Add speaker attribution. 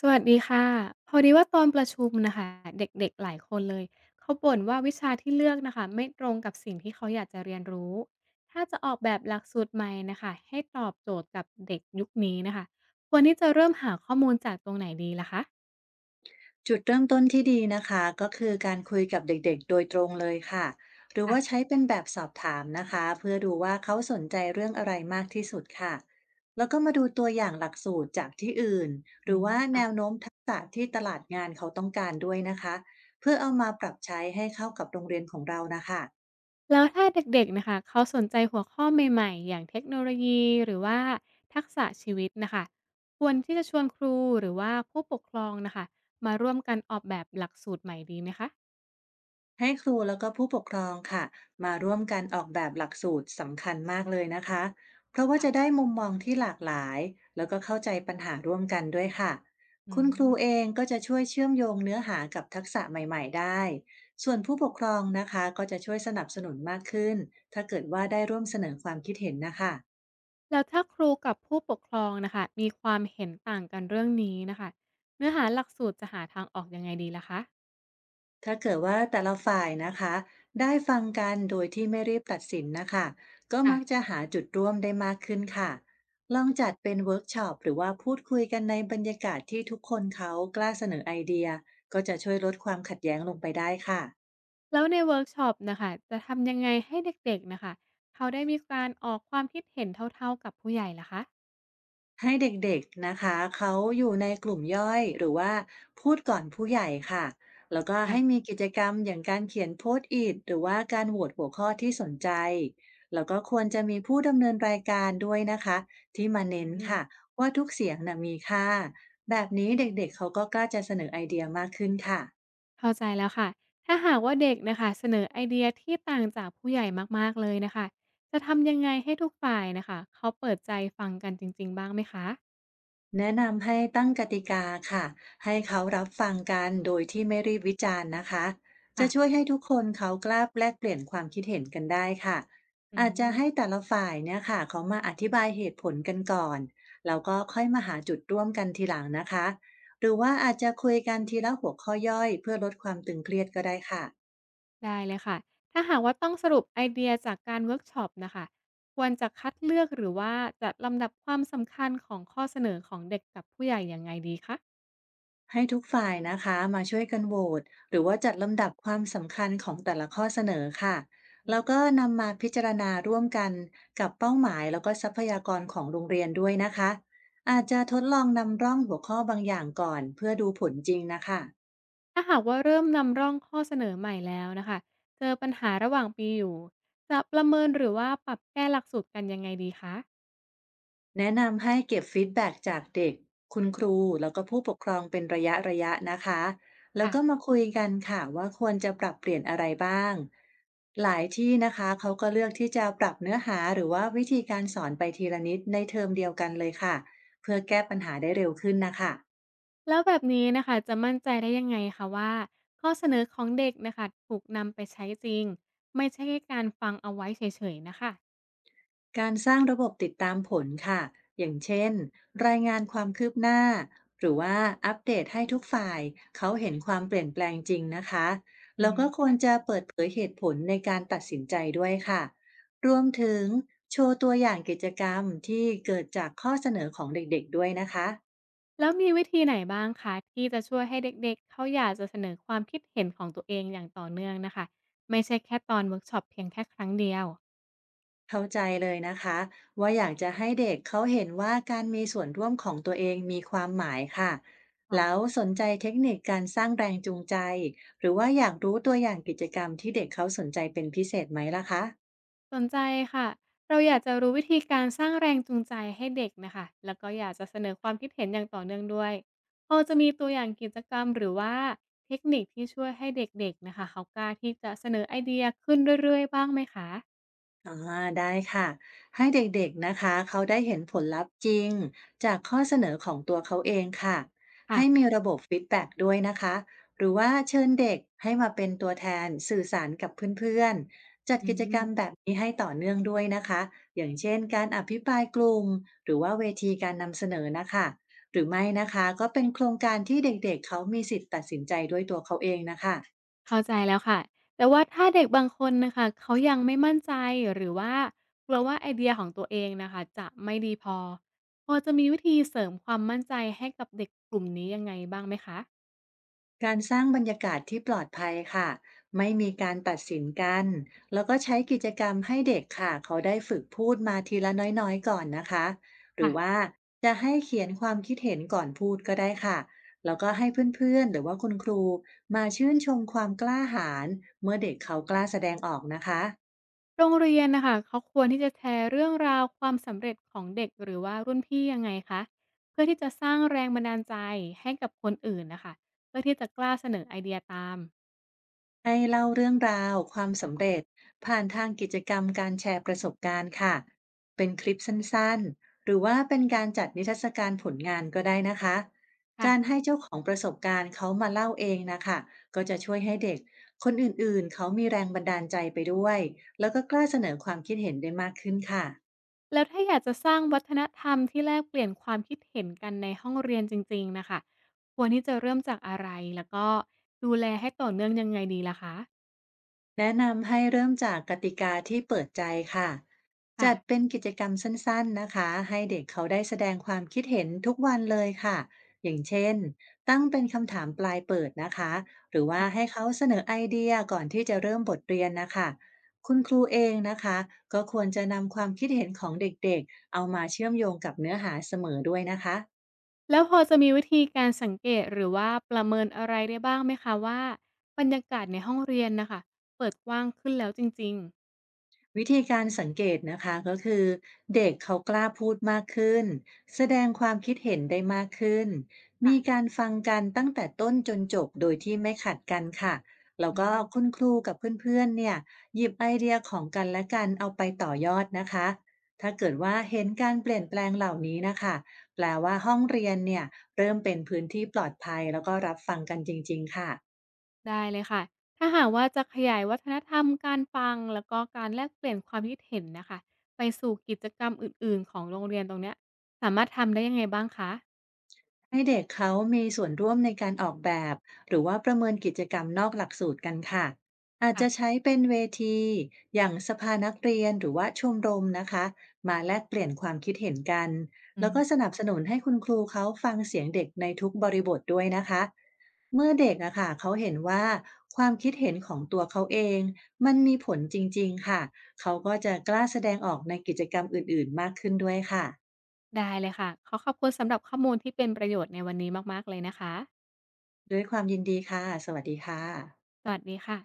Speaker 1: สวัสดีค่ะพอดีว่าตอนประชุมนะคะเด็กๆหลายคนเลยเขาบ่นว่าวิชาที่เลือกนะคะไม่ตรงกับสิ่งที่เขาอยากจะเรียนรู้ถ้าจะออกแบบหลักสูตรใหม่นะคะให้ตอบโจทย์กับเด็กยุคนี้นะคะควรที่จะเริ่มหาข้อมูลจากตรงไหนดีล่ะคะ
Speaker 2: จุดเริ่มต้นที่ดีนะคะก็คือการคุยกับเด็กๆโดยตรงเลยค่ะหรือว่า
Speaker 1: ค่ะ
Speaker 2: ใช้เป็นแบบสอบถามนะคะเพื่อดูว่าเขาสนใจเรื่องอะไรมากที่สุดค่ะแล้วก็มาดูตัวอย่างหลักสูตรจากที่อื่น
Speaker 1: อื
Speaker 2: หรื
Speaker 1: ม
Speaker 2: อว่า
Speaker 1: ค่ะ
Speaker 2: แนวโน้มทักษะที่ตลาดงานเขาต้องการด้วยนะคะเพื่อเอามาปรับใช้ให้เข้ากับโรงเรียนของเรานะคะ
Speaker 1: แล้วถ้าเด็กๆนะคะเขาสนใจหัวข้อใหม่ๆอย่างเทคโนโลยีหรือว่าทักษะชีวิตนะคะควรที่จะชวนครูหรือว่าผู้ปกครองนะคะมาร่วมกันออกแบบหลักสูตรใหม่ดีไหมคะ
Speaker 2: ให้ครูแล้วก็ผู้ปกครองค่ะมาร่วมกันออกแบบหลักสูตรสำคัญมากเลยนะคะเพราะว่าจะได้มุมมองที่หลากหลายแล้วก็เข้าใจปัญหาร่วมกันด้วยค่ะ
Speaker 1: อื
Speaker 2: คุณครูเอ
Speaker 1: ม
Speaker 2: งก็จะช่วยเชื่อมโยงเนื้อหากับทักษะใหม่ๆได้ส่วนผู้ปกครองนะคะก็จะช่วยสนับสนุนมากขึ้นถ้าเกิดว่าได้ร่วมเสนอความคิดเห็นนะคะ
Speaker 1: แล้วถ้าครูกับผู้ปกครองนะคะมีความเห็นต่างกันเรื่องนี้นะคะเนื้อหาหลักสูตรจะหาทางออกยังไงดีล่ะคะ
Speaker 2: ถ้าเกิดว่าแต่ละฝ่ายนะคะได้ฟังกันโดยที่ไม่รีบตัดสินนะคะก็มัก
Speaker 1: ค่ะ
Speaker 2: จะหาจุดร่วมได้มากขึ้นค่ะลองจัดเป็นเวิร์กช็อปหรือว่าพูดคุยกันในบรรยากาศที่ทุกคนเขากล้าเสนอไอเดียก็จะช่วยลดความขัดแย้งลงไปได้ค่ะ
Speaker 1: แล้วในเวิร์กช็อปนะคะจะทำยังไงให้เด็กๆนะคะเขาได้มีการออกความคิดเห็นเท่าๆกับผู้ใหญ่ล่ะคะ
Speaker 2: ให้เด็กๆนะคะเขาอยู่ในกลุ่มย่อยหรือว่าพูดก่อนผู้ใหญ่ค่ะแล้วก็ให้
Speaker 1: ค่ะ
Speaker 2: มีกิจกรรมอย่างการเขียนโพสต์อิทหรือว่าการโหวตหัวข้อที่สนใจแล้วก็ควรจะมีผู้ดำเนินรายการด้วยนะคะที่มา
Speaker 1: อื
Speaker 2: เน้นค่ะ
Speaker 1: ม
Speaker 2: ว่าทุกเสียงนะมีค่าแบบนี้เด็กๆเขาก็กล้าจะเสนอไอเดียมากขึ้นค่ะ
Speaker 1: เข้าใจแล้วค่ะถ้าหากว่าเด็กนะคะเสนอไอเดียที่ต่างจากผู้ใหญ่มากๆเลยนะคะจะทำยังไงให้ทุกฝ่ายนะคะเขาเปิดใจฟังกันจริงๆบ้างไหมคะ
Speaker 2: แนะนำให้ตั้งกติกาค่ะให้เขารับฟังกันโดยที่ไม่รีบวิจารณ์นะคะ
Speaker 1: ค่ะ
Speaker 2: จะช่วยให้ทุกคนเขากล้าแลกเปลี่ยนความคิดเห็นกันได้ค่ะ
Speaker 1: อื
Speaker 2: อาจจะให้
Speaker 1: ม
Speaker 2: แต่ละฝ่ายเนี่ยค่ะเขามาอธิบายเหตุผลกันก่อนแล้วก็ค่อยมาหาจุดร่วมกันทีหลังนะคะหรือว่าอาจจะคุยกันทีละหัวข้อย่อยเพื่อลดความตึงเครียดก็ได้ค่ะ
Speaker 1: ได้เลยค่ะถ้าหากว่าต้องสรุปไอเดียจากการเวิร์กช็อปนะคะควรจะคัดเลือกหรือว่าจัดลำดับความสำคัญของข้อเสนอของเด็กกับผู้ใหญ่ยังไงดีคะ
Speaker 2: ให้ทุกฝ่ายนะคะมาช่วยกันโหวตหรือว่าจัดลำดับความสำคัญของแต่ละข้อเสนอค่ะแล้วก็นำมาพิจารณาร่วมกันกับเป้าหมายแล้วก็ทรัพยากรของโรงเรียนด้วยนะคะอาจจะทดลองนำร่องหัวข้อบางอย่างก่อนเพื่อดูผลจริงนะคะ
Speaker 1: ถ้าหากว่าเริ่มนำร่องข้อเสนอใหม่แล้วนะคะเจอปัญหาระหว่างปีอยู่จะประเมินหรือว่าปรับแก้หลักสูตรกันยังไงดีคะ
Speaker 2: แนะนำให้เก็บฟีดแบ็กจากเด็กคุณครูแล้วก็ผู้ปกครองเป็นระยะนะคะแล้วก็
Speaker 1: ค่ะ
Speaker 2: มาคุยกันค่ะว่าควรจะปรับเปลี่ยนอะไรบ้างหลายที่นะคะเขาก็เลือกที่จะปรับเนื้อหาหรือว่าวิธีการสอนไปทีละนิดในเทอมเดียวกันเลยค่ะเพื่อแก้ปัญหาได้เร็วขึ้นนะคะ
Speaker 1: แล้วแบบนี้นะคะจะมั่นใจได้ยังไงคะว่าข้อเสนอของเด็กนะคะถูกนำไปใช้จริงไม่ใช่แค่การฟังเอาไว้เฉยๆนะค
Speaker 2: การสร้างระบบติดตามผลค่ะ อย่างเช่นรายงานความคืบหน้าหรือว่าอัปเดตให้ทุกฝ่ายเขาเห็นความเปลี่ยนแปลงจริงนะคะ
Speaker 1: ะ
Speaker 2: แล้วก็ควรจะเปิดเผยเหตุผลในการตัดสินใจด้วยค่ะรวมถึงโชว์ตัวอย่างกิจกรรมที่เกิดจากข้อเสนอของเด็กๆด้วยนะคะ
Speaker 1: แล้วมีวิธีไหนบ้างคะที่จะช่วยให้เด็กๆเขาอยากจะเสนอความคิดเห็นของตัวเองอย่างต่อเนื่องนะคะไม่ใช่แค่ตอนเวิร์กช็อปเพียงแค่ครั้งเดียว
Speaker 2: เข้าใจเลยนะคะว่าอยากจะให้เด็กเขาเห็นว่าการมีส่วนร่วมของตัวเองมีความหมายค่ะ
Speaker 1: ค่ะ
Speaker 2: แล้วสนใจเทคนิคการสร้างแรงจูงใจหรือว่าอยากรู้ตัวอย่างกิจกรรมที่เด็กเขาสนใจเป็นพิเศษไหมล่ะคะ
Speaker 1: สนใจค่ะเราอยากจะรู้วิธีการสร้างแรงจูงใจให้เด็กนะคะแล้วก็อยากจะเสนอความคิดเห็นอย่างต่อเนื่องด้วยพอจะมีตัวอย่างกิจกรรมหรือว่าเทคนิคที่ช่วยให้เด็กๆนะค่ะเขากล้าที่จะเสนอไอเดียขึ้นเรื่อยๆบ้างไหมคะ
Speaker 2: อ่าได้ค่ะให้เด็กๆนะคะเขาได้เห็นผลลัพธ์จริงจากข้อเสนอของตัวเขาเองค่ะ
Speaker 1: ค่ะ
Speaker 2: ให้มีระบบฟีดแบ็กด้วยนะคะหรือว่าเชิญเด็กให้มาเป็นตัวแทนสื่อสารกับเพื่อนๆจัด
Speaker 1: อื
Speaker 2: กิจกรรมแบ
Speaker 1: ม
Speaker 2: บนี้ให้ต่อเนื่องด้วยนะคะอย่างเช่นการอภิปรายกลุ่มหรือว่าเวทีการนำเสนอนะคะหรือไม่นะคะก็เป็นโครงการที่เด็กๆเขามีสิทธิ์ตัดสินใจด้วยตัวเขาเองนะคะ
Speaker 1: เข้าใจแล้วค่ะ แต่ว่าถ้าเด็กบางคนนะคะเขายังไม่มั่นใจหรือว่ากลัวว่าไอเดียของตัวเองนะคะจะไม่ดีพอพอจะมีวิธีเสริมความมั่นใจให้กับเด็กกลุ่มนี้ยังไงบ้างไหมคะ
Speaker 2: การสร้างบรรยากาศที่ปลอดภัยค่ะไม่มีการตัดสินกันแล้วก็ใช้กิจกรรมให้เด็กค่ะเขาได้ฝึกพูดมาทีละน้อยๆก่อนนะคะหรือว่า
Speaker 1: ค่ะ
Speaker 2: จะให้เขียนความคิดเห็นก่อนพูดก็ได้ค่ะแล้วก็ให้เพื่อนๆหรือว่าคุณครูมาชื่นชมความกล้าหาญเมื่อเด็กเขากล้าแสดงออกนะคะ
Speaker 1: โรงเรียนนะค่ะเขาควรที่จะแชร์เรื่องราวความสำเร็จของเด็กหรือว่ารุ่นพี่ยังไงคะเพื่อที่จะสร้างแรงบันดาลใจให้กับคนอื่นนะคะเพื่อที่จะกล้าเสนอไอเดียตาม
Speaker 2: ให้เล่าเรื่องราวความสำเร็จผ่านทางกิจกรรมการแชร์ประสบการณ์ค่ะเป็นคลิปสั้นๆหรือว่าเป็นการจัดนิทรรศการผลงานก็ได้นะคะการให้เจ้าของประสบการณ์เขามาเล่าเองนะคะก็จะช่วยให้เด็กคนอื่นๆเขามีแรงบันดาลใจไปด้วยแล้วก็กล้าเสนอความคิดเห็นได้มากขึ้นค่ะ
Speaker 1: แล้วถ้าอยากจะสร้างวัฒนธรรมที่แลกเปลี่ยนความคิดเห็นกันในห้องเรียนจริงๆน่ะค่ะควรที่จะเริ่มจากอะไรแล้วก็ดูแลให้ต่อเนื่องยังไงดีล่ะคะ
Speaker 2: แนะนำให้เริ่มจากกติกาที่เปิดใจค่ะ
Speaker 1: ค่
Speaker 2: จัดเป็นกิจกรรมสั้นๆนะคะให้เด็กเขาได้แสดงความคิดเห็นทุกวันเลยค่ะอย่างเช่นตั้งเป็นคำถามปลายเปิดนะคะหรือว่าให้
Speaker 1: ะ
Speaker 2: เขาเสนอไอเดียก่อนที่จะเริ่มบทเรียนนะคะคุณครูเองนะคะก็ควรจะนำความคิดเห็นของเด็กๆ เอามาเชื่อมโยงกับเนื้อหาเสมอด้วยนะคะ
Speaker 1: ๆแล้วพอจะมีวิธีการสังเกตหรือว่าประเมินอะไรได้บ้างไหมคะว่าบรรยากาศในห้องเรียนน่ะค่ะเปิดกว้างขึ้นแล้วจริงๆ
Speaker 2: วิธีการสังเกตนะคะก็คือเด็กเขากล้าพูดมากขึ้นแสดงความคิดเห็นได้มากขึ้นมี
Speaker 1: ค่ะ
Speaker 2: การฟังกันตั้งแต่ต้นจนจบโดยที่ไม่ขัดกันค่ะแล้ว
Speaker 1: อื
Speaker 2: ก็คุ
Speaker 1: ม
Speaker 2: ณครูกับเพื่อนๆเนี่ยหยิบไอเดียของกันและกันเอาไปต่อยอดนะคะถ้าเกิดว่าเห็นการเปลี่ยนแปลงเหล่านี้นะคะแปลว่าห้องเรียนเนี่ยเริ่มเป็นพื้นที่ปลอดภัยแล้วก็รับฟังกันจริงๆค่ะ
Speaker 1: ได้เลยค่ะ ถ้าหากว่าจะขยายวัฒนธรรมการฟังแล้วก็การแลกเปลี่ยนความคิดเห็นนะคะไปสู่กิจกรรมอื่นๆของโรงเรียนตรงเนี้ยสามารถทำได้ยังไงบ้างคะ
Speaker 2: ให้เด็กเขามีส่วนร่วมในการออกแบบหรือว่าประเมินกิจกรรมนอกหลักสูตรกันค่ะอาจ
Speaker 1: ค่ะ
Speaker 2: จะใช้เป็นเวทีอย่างสภานักเรียนหรือว่าชมรมนะคะมาแลกเปลี่ยนความคิดเห็นกัน
Speaker 1: อื
Speaker 2: แล้วก็
Speaker 1: ม
Speaker 2: สนับสนุนให้คุณครูเขาฟังเสียงเด็กในทุกบริบทด้วยนะคะเมื่อเด็กอะค่ะเขาเห็นว่าความคิดเห็นของตัวเขาเองมันมีผลจริงๆค่ะเขาก็จะกล้าแสดงออกในกิจกรรมอื่นๆมากขึ้นด้วยค่ะ
Speaker 1: ได้เลยค่ะขอขอบคุณสำหรับข้อมูลที่เป็นประโยชน์ในวันนี้มากๆเลยนะคะ
Speaker 2: ด้วยความยินดีค่ะสวัสดีค่ะ
Speaker 1: สวัสดีค่ะ